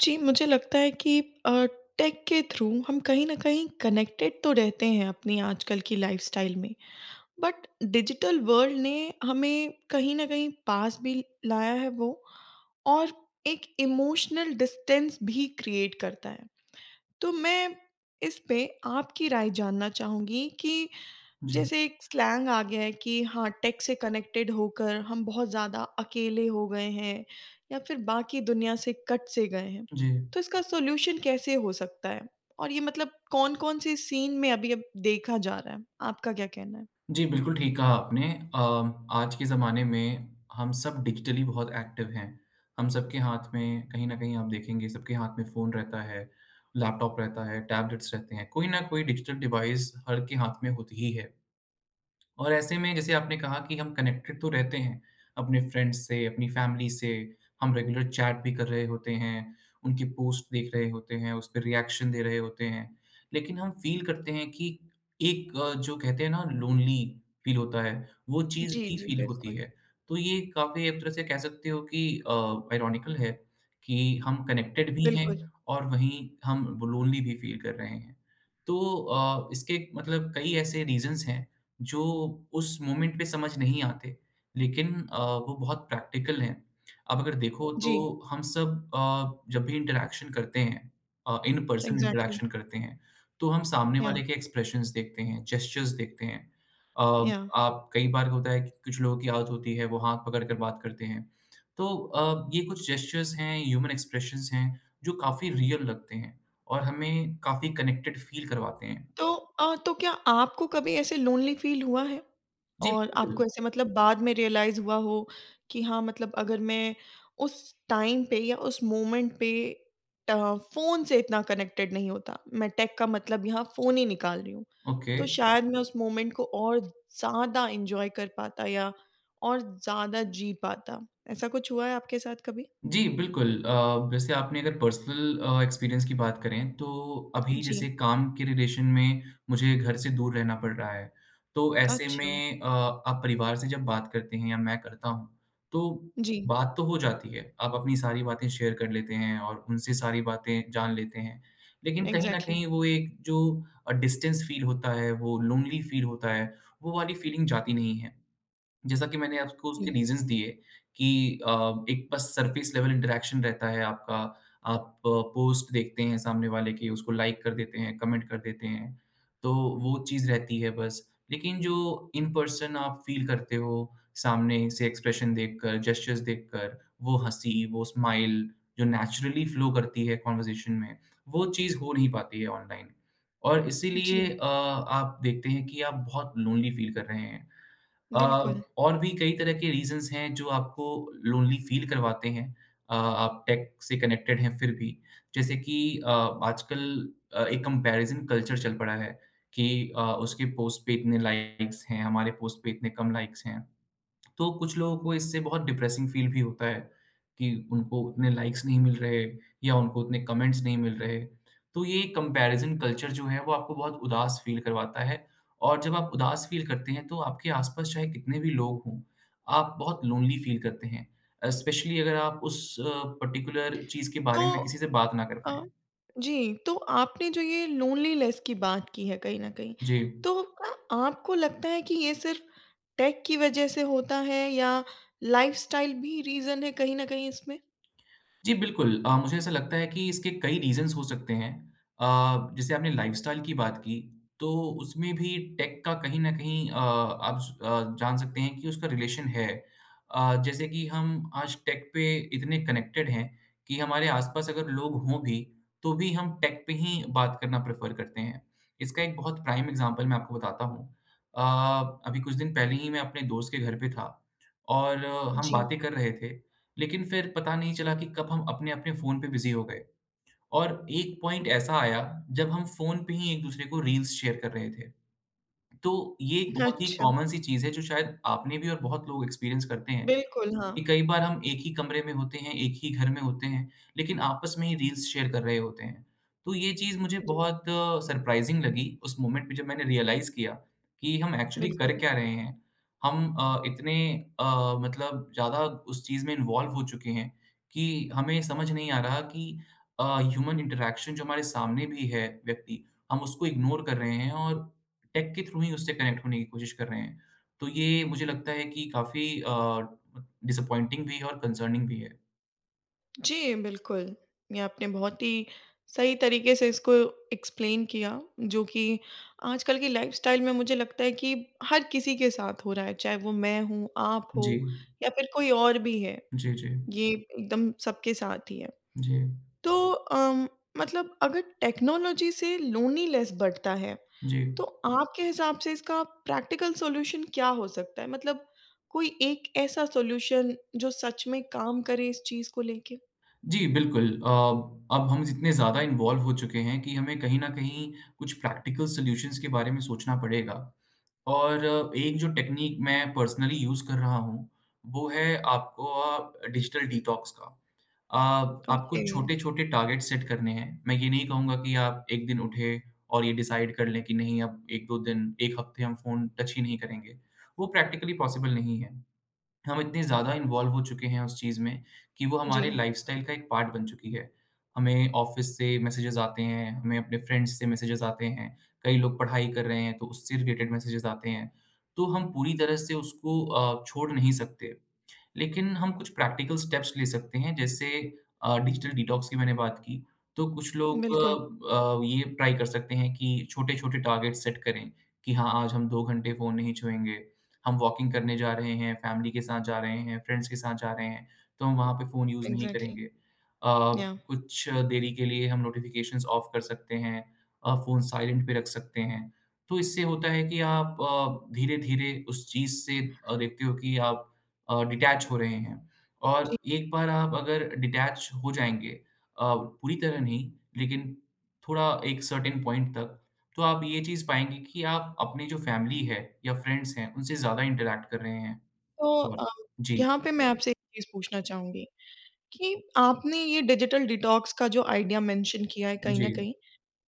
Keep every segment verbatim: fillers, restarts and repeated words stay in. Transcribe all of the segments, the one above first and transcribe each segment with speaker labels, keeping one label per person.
Speaker 1: जी, मुझे लगता है कि अ, टेक के थ्रू हम कहीं न कहीं कनेक्टेड तो रहते हैं अपनी आजकल की लाइफ़स्टाइल में, बट डिजिटल वर्ल्ड ने हमें कहीं न कहीं पास भी लाया है वो और एक इमोशनल डिस्टेंस भी क्रिएट करता है। तो मैं इस पे आपकी राय जानना चाहूँगी कि
Speaker 2: जी,
Speaker 1: जैसे एक स्लैंग आ गया है कि हाँ, टेक से कनेक्टेड होकर हम बहुत ज़्यादा अकेले हो गए हैं या फिर बाकी दुनिया से कट से गए हैं।
Speaker 2: जी।
Speaker 1: तो इसका सॉल्यूशन कैसे हो सकता है? और ये मतलब कौन-कौन से सीन में अभी अब देखा जा रहा है? आपका क्या कहना है?
Speaker 2: जी, बिल्कुल ठीक कहा आपने। अ, आज के ज़माने में हम सब डिजिटली बहुत एक्टिव हैं। हम सबके हाथ में कहीं न कहीं आप देखेंगे सबके हाथ में फ़ोन रहता है, लैपटॉप रहता है, टैबलेट्स रहते हैं। कोई न कोई डिजिटल डिवाइस हर के हाथ में होती ही है। और ऐसे में जैसे आपने कहा कि हम कनेक्टेड तो रहते हैं अपने फ्रेंड्स से, अपनी फैमिली से, हम रेगुलर चैट भी कर रहे होते हैं, उनकी पोस्ट देख रहे होते हैं, उसपे रिएक्शन दे रहे होते हैं। लेकिन हम फ़ील करते हैं कि एक अ, जो कहते हैं ना लोनली फ़ील होता है, वो चीज़
Speaker 1: जी,
Speaker 2: भी
Speaker 1: जी,
Speaker 2: फ़ील होती
Speaker 1: बिल्कुल।
Speaker 2: है। तो ये काफ़ी एक तरह से कह सकते हो कि अ, आयरॉनिकल है कि हम कनेक्टेड भी हैं
Speaker 1: बिल्कुल।
Speaker 2: और वहीं हम ब लोनली भी फ़ील कर रहे हैं। तो अ, इसके मतलब कई ऐसे रीज़न्स हैं जो उस मोमेंट पे समझ नहीं आते, लेकिन अ, वो बहुत प्रैक्टिकल हैं। आप अगर देखो बिल्कुल।
Speaker 1: जी,
Speaker 2: तो हम सब अ, जब भी इंटरैक्शन करते हैं uh, in person
Speaker 1: exactly.
Speaker 2: Interaction करते हैं, तो हम सामने
Speaker 1: या,
Speaker 2: वाले के एक्सप्रेशंस देखते हैं, जेस्चर्स देखते हैं। अ,
Speaker 1: या।
Speaker 2: आप कई बार होता है कि कुछ लोगों की आदत होती है, वो हाथ पकड़ कर बात करते हैं। तो अ, ये कुछ जेस्चर्स हैं, ह्यूमन एक्सप्रेशंस हैं, जो काफ़ी रियल लगते हैं और हमें काफ़ी कनेक्टेड फील करवाते हैं।
Speaker 1: तो अ, तो क्या आपको कभी ऐसे लोनली फील हुआ है?
Speaker 2: जी,
Speaker 1: और
Speaker 2: बिल्कुल।
Speaker 1: आपको ऐसे मतलब बाद में रियलाइज़ हुआ हो कि हाँ, मतलब अगर मैं उस टाइम पे या उस मोमेंट पे अ, फ़ोन से इतना कनेक्टेड नहीं होता, मैं टेक का मतलब यहाँ फ़ोन ही निकाल रही हूँ,
Speaker 2: ओके।
Speaker 1: तो शायद मैं उस मोमेंट को और ज़्यादा एन्जॉय कर पाता या और ज़्यादा जी पाता। ऐसा कुछ हुआ है आपके साथ कभी?
Speaker 2: जी, बिल्कुल। अ, वैसे आपने अगर पर्सनल अ, एक्सपीरियंस की बात करें, तो अभी जैसे
Speaker 1: जी,
Speaker 2: काम के रिलेशन में मुझे घर से दूर रहना पड़ रहा है। तो ऐसे
Speaker 1: अच्छा।
Speaker 2: में अ, आप परिवार से जब बात करते हैं या मैं करता हूँ, तो
Speaker 1: जी,
Speaker 2: बात तो हो जाती है। आप अपनी सारी बातें शेयर कर लेते हैं और उनसे सारी बातें जान लेते हैं। लेकिन कहीं न
Speaker 1: एग्ज़ैक्टली।
Speaker 2: कहीं वो एक जो अ, डिस्टेंस फ़ील होता है, वो लोनली फ़ील होता है, वो वाली फ़ीलिंग जाती नहीं है। जैसा कि मैंने आपको उसके
Speaker 1: जी,
Speaker 2: रीजंस दिए कि अ, एक बस सरफेस लेवल इंटरेक्शन रहता है आपका। आप पोस्ट देखते हैं सामने वाले की, उसको लाइक कर देते हैं, कमेंट कर देते हैं, तो वो चीज़ रहती है बस। लेकिन जो इन पर्सन आप फील करते हो सामने से एक्सप्रेशन देखकर, जेस्चर्स देखकर, वो हंसी, वो स्माइल जो नेचुरली फ्लो करती है कॉन्वर्जेशन में, वो चीज़ हो नहीं पाती है ऑनलाइन। और
Speaker 1: जी,
Speaker 2: इसीलिए अ, आप देखते हैं कि आप बहुत लोनली फील कर रहे हैं। अ,
Speaker 1: बिल्कुल।
Speaker 2: और भी कई तरह के रीज़न्स हैं जो आपको लोनली फ़ील करवाते हैं। अ, आप टेक से कनेक्टेड हैं फिर भी। जैसे कि अ, आजकल अ, एक कंपैरिज़न कल्चर चल पड़ा है कि अ, उसके पोस्ट पे इतने लाइक्स हैं, हमारे पोस्ट पे इतने कम लाइक्स हैं। तो कुछ लोगों को इससे बहुत डिप्रेसिंग फील भी होता है कि उनको उतने लाइक्स नहीं मिल रहे या उनको उतने कमेंट्स नहीं मिल रहे। तो ये कंपैरिज़न कल्चर जो है वो आपको बहुत उदास फील करवाता है और जब आप उदास फील करते हैं तो आपके आस-पास चाहे कितने भी लोग हों, आप बहुत लोनली फील करते हैं। स्पेशली अगर आप उस अ, पर्टिकुलर चीज़ के
Speaker 1: तो
Speaker 2: बारे में किसी से बात ना कर
Speaker 1: अ,
Speaker 2: पाएँ।
Speaker 1: जी, तो आपने जो ये लोनलीनेस की बात की है कहीं न कहीं,
Speaker 2: जी।
Speaker 1: तो क्या आपको लगता है कि ये सिर्फ़ टेक की वजह से होता है या लाइफ़स्टाइल भी रीज़न है कहीं न कहीं इसमें?
Speaker 2: जी, बिल्कुल। अ, मुझे ऐसा लगता है कि इसके कई रीज़न्स हो सकते हैं। अ, जैसे आपने लाइफ़स्टाइल की बात की, तो उसमें भी टेक का कहीं न कहीं अ, आप स अ, जान सकते हैं कि उसका रिलेशन है। अ, जैसे कि हम आज टेक पे इतने कनेक्टेड हैं कि हमारे आस-पास अगर लोग हों भी, तो भी हम टेक पे ही बात करना प्रेफ़र करते हैं। इसका एक बहुत प्राइम एग्ज़ाम्पल मैं आपको बताता हूँ। अ, अभी कुछ दिन पहले ही मैं अपने दोस्त के घर पे था और अ, हम
Speaker 1: जी।
Speaker 2: बातें कर रहे थे। लेकिन फिर पता नहीं चला कि कब हम अपने-अपने फ़ोन पे बिज़ी हो गए और एक पॉइंट ऐसा आया जब हम फ़ोन पे ही एक-दूसरे को रील्स शेयर कर रहे थे। तो ये एक बहुत ही
Speaker 1: अच्छा,
Speaker 2: कॉमन सी चीज़ है जो शायद आपने भी और बहुत लोग एक्सपीरियंस करते हैं।
Speaker 1: बिल्कुल, हाँ।
Speaker 2: कि कई बार हम एक ही कमरे में होते हैं, एक ही घर में होते हैं, लेकिन आपस में ही रील्स शेयर कर रहे होते हैं। तो ये चीज़ मुझे
Speaker 1: जी,
Speaker 2: बहुत सरप्राइज़िंग लगी उस मोमेंट में जब मैंने रियलाइज़ किया कि हम एक्चुअली कर
Speaker 1: बिल्कुल।
Speaker 2: क्या रहे हैं। हम अ, इतने अ, मतलब ज़्यादा उस चीज़ में इन्वॉल्व हो चुके हैं कि हमें समझ नहीं आ रहा कि अ, ह्यूमन इंटरैक्शन जो हमारे सामने भी है व्यक्ति, हम उसको इग्नोर कर रहे हैं और टेक के थ्रू ही उससे कनेक्ट होने की कोशिश कर रहे हैं। तो ये मुझे लगता है कि काफ़ी अ, डिसअपॉइंटिंग भी है और कंसर्निंग भी है।
Speaker 1: जी, बिल्कुल। ये आपने बहुत ही सही तरीके से इसको एक्सप्लेन किया, जो कि आजकल की लाइफ़स्टाइल में मुझे लगता है कि हर किसी के साथ हो रहा है, चाहे वो मैं हूँ, आप हो
Speaker 2: जी।
Speaker 1: या फिर कोई और भी है।
Speaker 2: जी, जी।
Speaker 1: ये एकदम सबके साथ ही है।
Speaker 2: जी,
Speaker 1: तो अम, मतलब अगर टेक्नोलॉजी से लोनलीनेस बढ़ता है,
Speaker 2: जी।
Speaker 1: तो आपके हिसाब से इसका प्रैक्टिकल सॉल्यूशन क्या हो सकता है? मतलब कोई एक ऐसा सॉल्यूशन जो सच में काम करे इस चीज़ को लेके?
Speaker 2: जी, बिल्कुल। अ, अब हम इतने ज़्यादा इन्वॉल्व हो चुके हैं कि हमें कहीं न कहीं कुछ प्रैक्टिकल सॉल्यूशंस के बारे में सोचना पड़ेगा और अ, एक जो टेक्नीक मैं पर्सनली यूज़ कर रहा हूँ, वो है आपको अ, डिजिटल डिटॉक्स का। अ, आपको
Speaker 1: ओके,
Speaker 2: छोटे-छोटे टारगेट सेट करने हैं। मैं ये नहीं कहूँगा कि आप एक दिन उठे और ये डिसाइड कर लें कि नहीं अब एक दो दिन, एक हफ्ते हम फ़ोन टच ही नहीं करेंगे। वो प्रैक्टिकली पॉसिबल नहीं है। हम इतने ज़्यादा इन्वॉल्व हो चुके हैं उस चीज़ में कि वो
Speaker 1: जी,
Speaker 2: हमारे लाइफ़स्टाइल का एक पार्ट बन चुकी है। हमें ऑफ़िस से मैसेजेज़ आते हैं, हमें अपने फ्रेंड्स से मैसेजेज़ आते हैं, कई लोग पढ़ाई कर रहे हैं तो उससे रिलेटेड मैसेजेज़ आते हैं। तो हम पूरी तरह से उसको अ, छोड़ नहीं सकते। लेकिन हम कुछ प्रैक्टिकल स्टेप्स ले सकते हैं जैसे अ, डिजिटल डिटॉक्स की मैंने बात की, तो कुछ लोग
Speaker 1: बिल्कुल,
Speaker 2: अ, अ, ये ट्राई कर सकते हैं कि छोटे-छोटे टारगेट सेट करें कि हाँ, आज हम दो घंटे फ़ोन नहीं छुएँगे, हम वॉकिंग करने जा रहे हैं, फैमिली के साथ जा रहे हैं, फ्रेंड्स के साथ जा रहे हैं, तो हम वहाँ पे फ़ोन यूज़ नहीं
Speaker 1: एग्ज़ैक्टली,
Speaker 2: करेंगे। अ,
Speaker 1: या।
Speaker 2: कुछ देरी के लिए हम नोटिफ़िकेशंस ऑफ कर सकते हैं, अ, फ़ोन साइलेंट पे रख सकते हैं। तो इससे होता है कि आप अ, धीरे-धीरे उस चीज़ से अ, देखते हो कि आप अ, डिटैच हो रहे हैं और
Speaker 1: जी,
Speaker 2: एक बार आप अगर डिटैच हो जाएँगे, अ, पूरी तरह नहीं, लेकिन थोड़ा एक सर्टेन पॉइंट तक, तो आप ये चीज़ पाएँगे कि आप अपनी जो फैमिली है या फ्रेंड्स हैं, उनसे ज़्यादा इंटरैक्ट कर रहे हैं
Speaker 1: तो
Speaker 2: और
Speaker 1: अ,
Speaker 2: जी,
Speaker 1: यहाँ पे मैं आपसे एक चीज़ पूछना चाहूँगी कि आपने ये डिजिटल डिटॉक्स का जो आइडिया मेंशन किया है कहीं
Speaker 2: जी।
Speaker 1: न कहीं,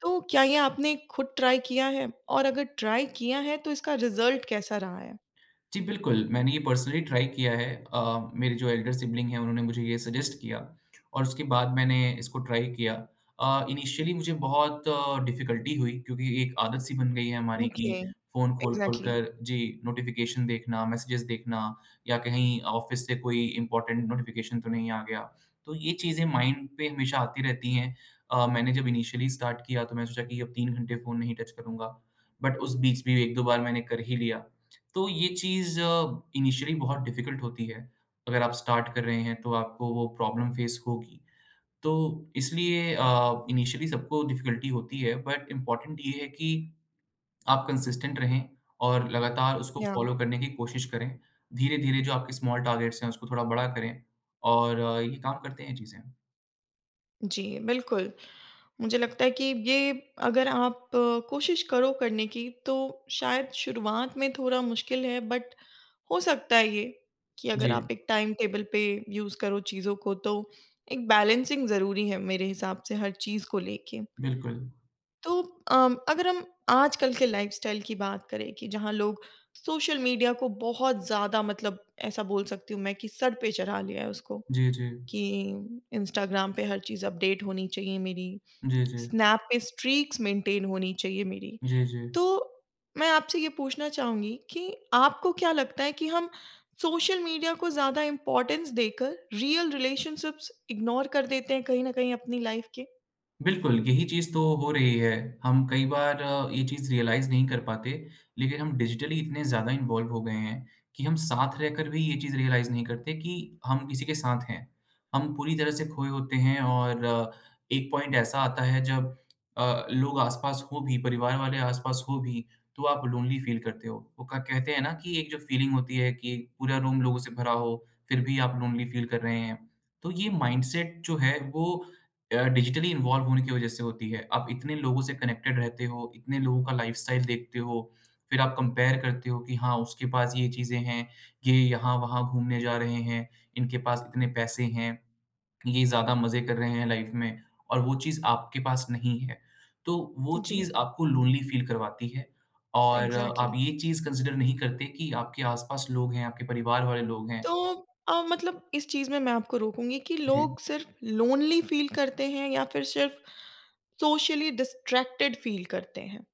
Speaker 1: तो क्या ये आपने खुद ट्राई किया है? और अगर ट्राई किया है तो इसका रिज़ल्ट कैसा रहा है?
Speaker 2: जी, बिल्कुल, मैंने ये पर्सनली ट्राई किया है। अ, मेरे जो एल्डर सिब्लिंग हैं उन्होंने मुझे ये सजेस्ट किया और उसके बाद मैंने इसको ट्राई किया। अ, इनिशियली मुझे बहुत डिफ़िकल्टी हुई क्योंकि एक आदत सी बन गई है हमारी कि
Speaker 1: ओके,
Speaker 2: फ़ोन खोल-खोल
Speaker 1: एग्ज़ैक्टली।
Speaker 2: कर जी, नोटिफ़िकेशन देखना, मैसेजेस देखना या कहीं ऑफ़िस से कोई इम्पोर्टेंट नोटिफ़िकेशन तो नहीं आ गया। तो ये चीज़ें माइंड पे हमेशा आती रहती हैं। अ, मैंने जब इनिशियली स्टार्ट किया तो मैंने सोचा कि अब तीन घंटे फ़ोन नहीं टच करूँगा, बट उस बीच भी एक दो बार मैंने कर ही लिया। तो ये चीज़ इनिशियली बहुत डिफ़िकल्ट होती है। अगर आप स्टार्ट कर रहे हैं तो आपको वो प्रॉब्लम फ़ेस होगी। तो इसलिए अ, इनिशियली सबको डिफ़िकल्टी होती है बट इम्पॉर्टेंट ये है कि आप कंसिस्टेंट रहें और लगातार उसको
Speaker 1: या
Speaker 2: फ़ॉलो करने की कोशिश करें। धीरे-धीरे जो आपके स्मॉल टारगेट्स हैं उसको थोड़ा बड़ा करें और अ, ये काम करते हैं चीज़ें।
Speaker 1: जी, बिल्कुल। मुझे लगता है कि ये अगर आप अ, कोशिश करो करने की तो शायद शुरुआत में थोड़ा मुश्किल है बट हो सकता है ये कि अगर आप
Speaker 2: जी,
Speaker 1: एक टाइम टेबल पे यूज़ करो चीज़ों को तो एक बैलेंसिंग ज़रूरी है मेरे हिसाब से हर चीज़ को लेके।
Speaker 2: बिल्कुल।
Speaker 1: तो अम, अगर हम आजकल के लाइफ़स्टाइल की बात करें कि जहाँ लोग सोशल मीडिया को बहुत ज़्यादा मतलब ऐसा बोल सकती हूँ मैं कि सर पे चढ़ा लिया है उसको
Speaker 2: जी, जी।
Speaker 1: कि इंस्टाग्राम पे हर चीज़ अपडेट होनी चाहिए मेरी,
Speaker 2: जी, जी।
Speaker 1: स्नैप पे स्ट्रीक्स मेंटेन होनी चाहिए मेरी।
Speaker 2: जी, जी।
Speaker 1: तो मैं आपसे ये पूछना चाहूँगी कि आपको क्या लगता है कि हम सोशल मीडिया को ज़्यादा इम्पोर्टेंस देकर रियल रिलेशनशिप्स इग्नोर कर देते हैं कहीं न कहीं अपनी लाइफ़ के?
Speaker 2: बिल्कुल, यही चीज़ तो हो रही है। हम कई बार अ, ये चीज़ रियलाइज़ नहीं कर पाते, लेकिन हम डिजिटली इतने ज़्यादा इन्वॉल्व हो गए हैं कि हम साथ रहकर भी ये चीज़ रियलाइज़ नहीं करते कि हम किसी के साथ हैं। हम पूरी तरह से खोए होते हैं और अ, एक पॉइंट ऐसा आता है जब अ, लोग आस-पास हों भी, परिवार वाले आस-पास हों भी, तो आप लोनली फ़ील करते हो। वो क कहते हैं ना कि एक जो फ़ीलिंग होती है कि पूरा रूम लोगों से भरा हो, फिर भी आप लोनली फ़ील कर रहे हैं। तो ये माइंडसेट जो है वो अ, डिजिटली इन्वॉल्व होने की वजह से होती है। आप इतने लोगों से कनेक्टेड रहते हो, इतने लोगों का लाइफ़स्टाइल देखते हो, फिर आप कंपेयर करते हो कि हाँ, उसके पास ये चीज़ें हैं, ये यहाँ-वहाँ घूमने जा रहे हैं, इनके पास इतने पैसे हैं, ये ज़्यादा मज़े कर रहे हैं लाइफ़ में और वो चीज़ आपके पास नहीं है। तो वो
Speaker 1: जी,
Speaker 2: चीज़ आपको लोनली फ़ील करवाती है और आप
Speaker 1: एग्ज़ैक्टली।
Speaker 2: ये चीज़ कंसिडर नहीं करते कि आपके आस-पास लोग हैं, आपके परिवार वाले लोग हैं।
Speaker 1: तो अ, मतलब इस चीज़ में मैं आपको रोकूँगी कि
Speaker 2: जी।
Speaker 1: लोग सिर्फ़ लोनली फ़ील करते हैं या फिर सिर्फ़ सोशली डिस्ट्रैक्टेड फ़ील करते हैं?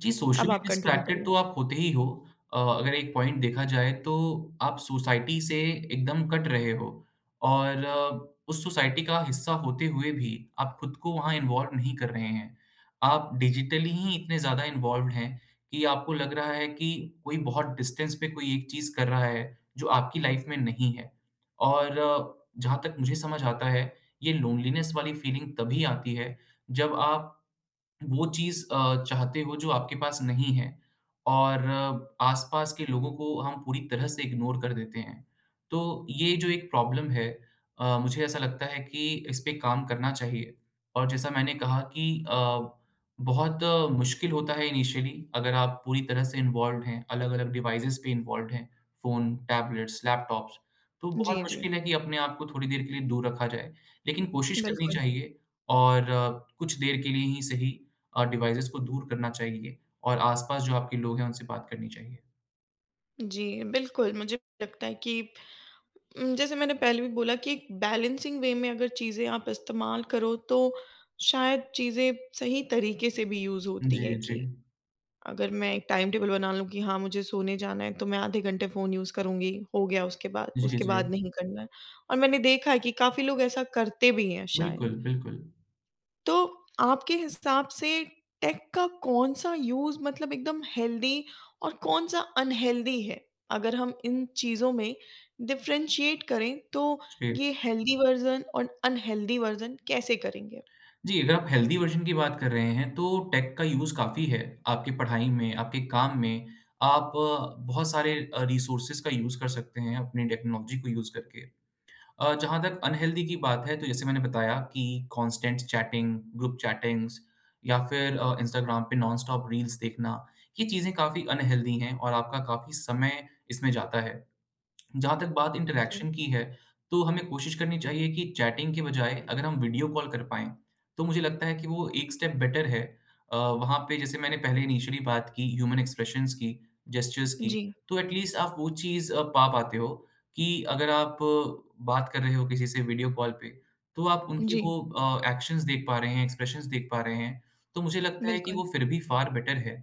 Speaker 2: जी,
Speaker 1: अब
Speaker 2: सोशली
Speaker 1: आप कंटिन्यू
Speaker 2: डिस्ट्रैक्टेड
Speaker 1: करिए।
Speaker 2: तो आप होते ही हो। अ, अगर एक पॉइंट देखा जाए तो आप सोसाइटी से एकदम कट रहे हो और अ, उस सोसाइटी का हिस्सा होते हुए भी आप खुद को वहाँ इन्वॉल्व नहीं कर रहे हैं। आप डिजिटली ही इतने ज़्यादा इन्वॉल्व्ड हैं कि आपको लग रहा है कि कोई बहुत डिस्टेंस पे कोई एक चीज़ कर रहा है, जो आपकी लाइफ़ में नहीं है। और अ, जहाँ तक मुझे समझ आता है, ये लोनलीनेस वाली फीलिंग तभी आती है, जब आप वो चीज़ अ, चाहते हो जो आपके पास नहीं है और अ, आसपास के लोगों को हम पूरी तरह से इग्नोर कर देते हैं। तो ये जो एक प्रॉब्लम है अ, मुझे ऐसा लगता है कि इस पे काम करना चाहिए और जैसा मैंने कहा कि अ, बहुत अ, मुश्किल होता है इनिशियली अगर आप पूरी तरह से इन्वॉल्व्ड हैं, अलग-अलग डिवाइसेज़ पे इन्वॉल्व्ड हैं, फ़ोन, टैबलेट्स, लैपटॉप्स, तो बहुत
Speaker 1: जी, जी।
Speaker 2: मुश्किल है कि अपने आप को थोड़ी देर के लिए दूर रखा जाए। लेकिन कोशिश करनी
Speaker 1: बिल्कुल।
Speaker 2: चाहिए और अ, कुछ देर के लिए ही सही अ, डिवाइसेज़ को दूर करना चाहिए और आस-पास जो आपके लोग हैं, उनसे बात करनी चाहिए।
Speaker 1: जी, बिल्कुल, मुझे भी लगता है कि उम, जैसे मैंने पहले भी बोला कि एक बैलेंसिंग वे में अगर चीज़ें आप इस्तेमाल करो तो शायद चीज़ें सही तरीके से भी यूज़ होती
Speaker 2: जी,
Speaker 1: हैं
Speaker 2: जी।
Speaker 1: कि अगर मैं एक टाइम टेबल बना लूँ कि हाँ, मुझे सोने जाना है तो मैं आधे घंटे फ़ोन यूज़ करूँगी, हो गया उसके बाद,
Speaker 2: जी,
Speaker 1: उसके
Speaker 2: जी।
Speaker 1: बाद नहीं करना है। और मैंने देखा है कि काफ़ी लोग ऐसा करते भी हैं शायद।
Speaker 2: बिल्कुल, बिल्कुल।
Speaker 1: तो आपके हिसाब से टेक का कौन-सा यूज़ मतलब एकदम हेल्दी और कौन-सा अनहेल्दी है? अगर हम इन चीज़ों में डिफ़रेंशिएट करें तो
Speaker 2: जी।
Speaker 1: ये हेल्दी वर्ज़न और अनहेल्दी वर्ज़न कैसे करेंगे?
Speaker 2: जी, अगर आप हेल्दी वर्ज़न की बात कर रहे हैं, तो टेक का यूज़ काफ़ी है। आपकी पढ़ाई में, आपके काम में, आप बहुत सारे अ, रिसोर्सेज़ का यूज़ कर सकते हैं अपनी टेक्नोलॉजी को यूज़ करके। अ, जहाँ तक अनहेल्दी की बात है तो जैसे मैंने बताया कि कांस्टेंट चैटिंग, ग्रुप चैटिंग्स या फिर अ, इंस्टाग्राम पे नॉन स्टॉप रील्स देखना, ये चीज़ें काफ़ी अनहेल्दी हैं और आपका काफ़ी समय इसमें जाता है। जहाँ तक बात
Speaker 1: जी।
Speaker 2: इंटरैक्शन की है, तो हमें कोशिश करनी चाहिए कि चैटिंग के बजाय अगर हम वीडियो कॉल कर पाएँ, तो मुझे लगता है कि वो एक स्टेप बेटर है। अ, वहाँ पे जैसे मैंने पहले इनिशियली बात की ह्यूमन एक्सप्रेशंस की, जेस्चर्स की,
Speaker 1: जी,
Speaker 2: तो एट लीस्ट आप वो चीज़ अ, पा पाते हो कि अगर आप अ, बात कर रहे हो किसी से वीडियो कॉल पे, तो आप उनकी
Speaker 1: जी,
Speaker 2: वो अ, एक्शंस देख पा रहे हैं, एक्सप्रेशंस देख पा रहे हैं, तो मुझे लगता है कि
Speaker 1: बिल्कुल।
Speaker 2: वो फिर भी फ़ार बेटर है।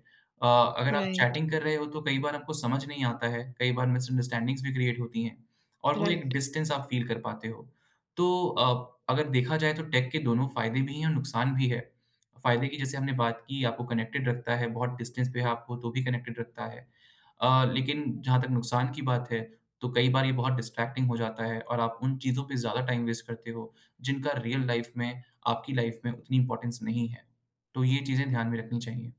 Speaker 2: अ, अगर आप
Speaker 1: राइट,
Speaker 2: चैटिंग कर रहे हो तो कई बार आपको समझ नहीं आता है, कई बार मिसअंडरस्टैंडिंग्स भी क्रिएट होती हैं और वो एक
Speaker 1: राइट।
Speaker 2: डिस्टेंस आप फ़ील कर पाते हो। तो अ, अगर देखा जाए तो टेक के दोनों फ़ायदे भी हैं और नुकसान भी है। फ़ायदे की जैसे हमने बात की आपको कनेक्टेड रखता है, बहुत डिस्टेंस पे है आप हो तो भी कनेक्टेड रखता है। अ, लेकिन जहाँ तक नुकसान की बात है, तो कई बार ये बहुत डिस्ट्रैक्टिंग हो जाता है और आप उन चीज़ों पे ज़्यादा टाइम वेस्ट करते हो, जिनका रियल लाइफ़ में, आपकी लाइफ़ में उतनी इम्पोर्टेंस नहीं है। तो ये चीज़ें ध्यान में रखनी चाहिए।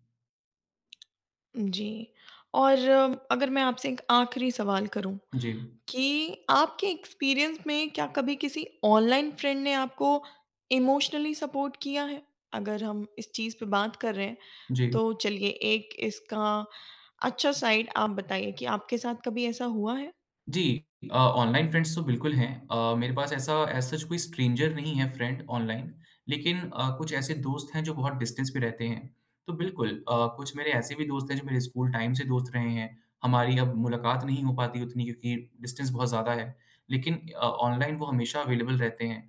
Speaker 1: जी। और अ, अगर मैं आपसे एक आखिरी सवाल करूँ
Speaker 2: जी।
Speaker 1: कि आपके एक्सपीरियंस में क्या कभी किसी ऑनलाइन फ्रेंड ने आपको इमोशनली सपोर्ट किया है? अगर हम इस चीज़ पे बात कर रहे हैं,
Speaker 2: जी।
Speaker 1: तो चलिए एक इसका अच्छा साइड आप बताइए कि आपके साथ कभी ऐसा हुआ है?
Speaker 2: जी अ, ऑनलाइन फ्रेंड्स तो बिल्कुल हैं। अ, मेरे पास ऐसा एज़ सच कोई स्ट्रेंजर नहीं है फ्रेंड ऑनलाइन, लेकिन अ, कुछ ऐसे दोस्त हैं जो बहुत डिस्टेंस पे रहते हैं। तो बिल्कुल अ, कुछ मेरे ऐसे भी दोस्त हैं जो मेरे स्कूल टाइम से दोस्त रहे हैं। हमारी अब मुलाकात नहीं हो पाती उतनी क्योंकि डिस्टेंस बहुत ज़्यादा है। लेकिन अ, ऑनलाइन वो हमेशा अवेलेबल रहते हैं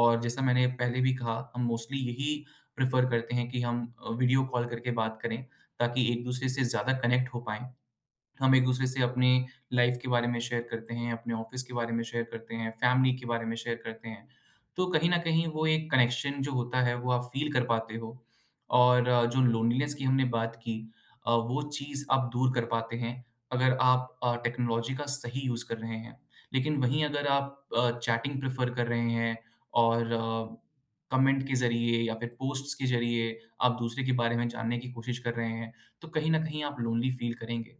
Speaker 2: और जैसा मैंने पहले भी कहा, हम मोस्टली यही प्रेफ़र करते हैं कि हम अ, वीडियो कॉल करके बात करें, ताकि एक-दूसरे से ज़्यादा कनेक्ट हो पाएँ हम एक-दूसरे से अपनी लाइफ़ के बारे में शेयर करते हैं, अपने ऑफ़िस के बारे में शेयर करते हैं, फ़ैमिली के बारे में शेयर करते हैं। तो कहीं न कहीं वो एक कनेक्शन जो होता है वो आप फ़ील कर पाते हो और अ, जो लोनलीनेस की हमने बात की अ, वो चीज़ आप दूर कर पाते हैं अगर आप अ, टेक्नोलॉजी का सही यूज़ कर रहे हैं। लेकिन वहीं अगर आप अ, चैटिंग प्रेफ़र कर रहे हैं और अ, कमेंट के ज़रिए या फिर पोस्ट्स के ज़रिए आप दूसरे के बारे में जानने की कोशिश कर रहे हैं, तो कहीं न कहीं आप लोनली फ़ील करेंगे।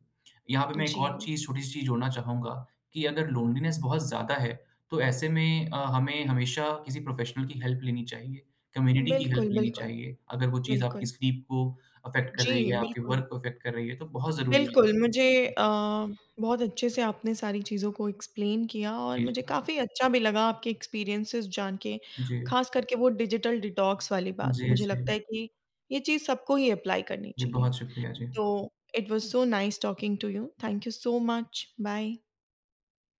Speaker 2: यहाँ पे मैं एक और
Speaker 1: जी।
Speaker 2: चीज़, छोटी-सी चीज़ जोड़ना चाहूँगा कि अगर लोनलीनेस बहुत ज़्यादा है, तो ऐसे में अ, हमें हमेशा किसी प्रोफ़ेशनल की हेल्प लेनी चाहिए, कम्युनिटी की हेल्प
Speaker 1: बिल्कुल,
Speaker 2: लेनी
Speaker 1: बिल्कुल,
Speaker 2: चाहिए। अगर वो चीज़ आपकी
Speaker 1: बिल्कुल।
Speaker 2: स्लीप को अफ़ेक्ट कर रही
Speaker 1: जी,
Speaker 2: है, आपके
Speaker 1: बिल्कुल।
Speaker 2: वर्क को अफ़ेक्ट कर रही है, तो बहुत ज़रूरी है।
Speaker 1: बिल्कुल, मुझे अ, बहुत अच्छे से आपने सारी चीज़ों को एक्सप्लेन किया और
Speaker 2: जी,
Speaker 1: मुझे
Speaker 2: जी।
Speaker 1: काफ़ी अच्छा भी लगा आपके एक्सपीरियंसेस जान के,
Speaker 2: जी,
Speaker 1: ख़ास करके वो डिजिटल डिटॉक्स वाली बात।
Speaker 2: जी,
Speaker 1: मुझे
Speaker 2: जी।
Speaker 1: लगता है कि ये चीज़ सबको ही अप्लाई करनी
Speaker 2: जी,
Speaker 1: चाहिए।
Speaker 2: बहुत शुक्रिया। जी।
Speaker 1: तो it was so nice talking to you. Thank you so much. Bye.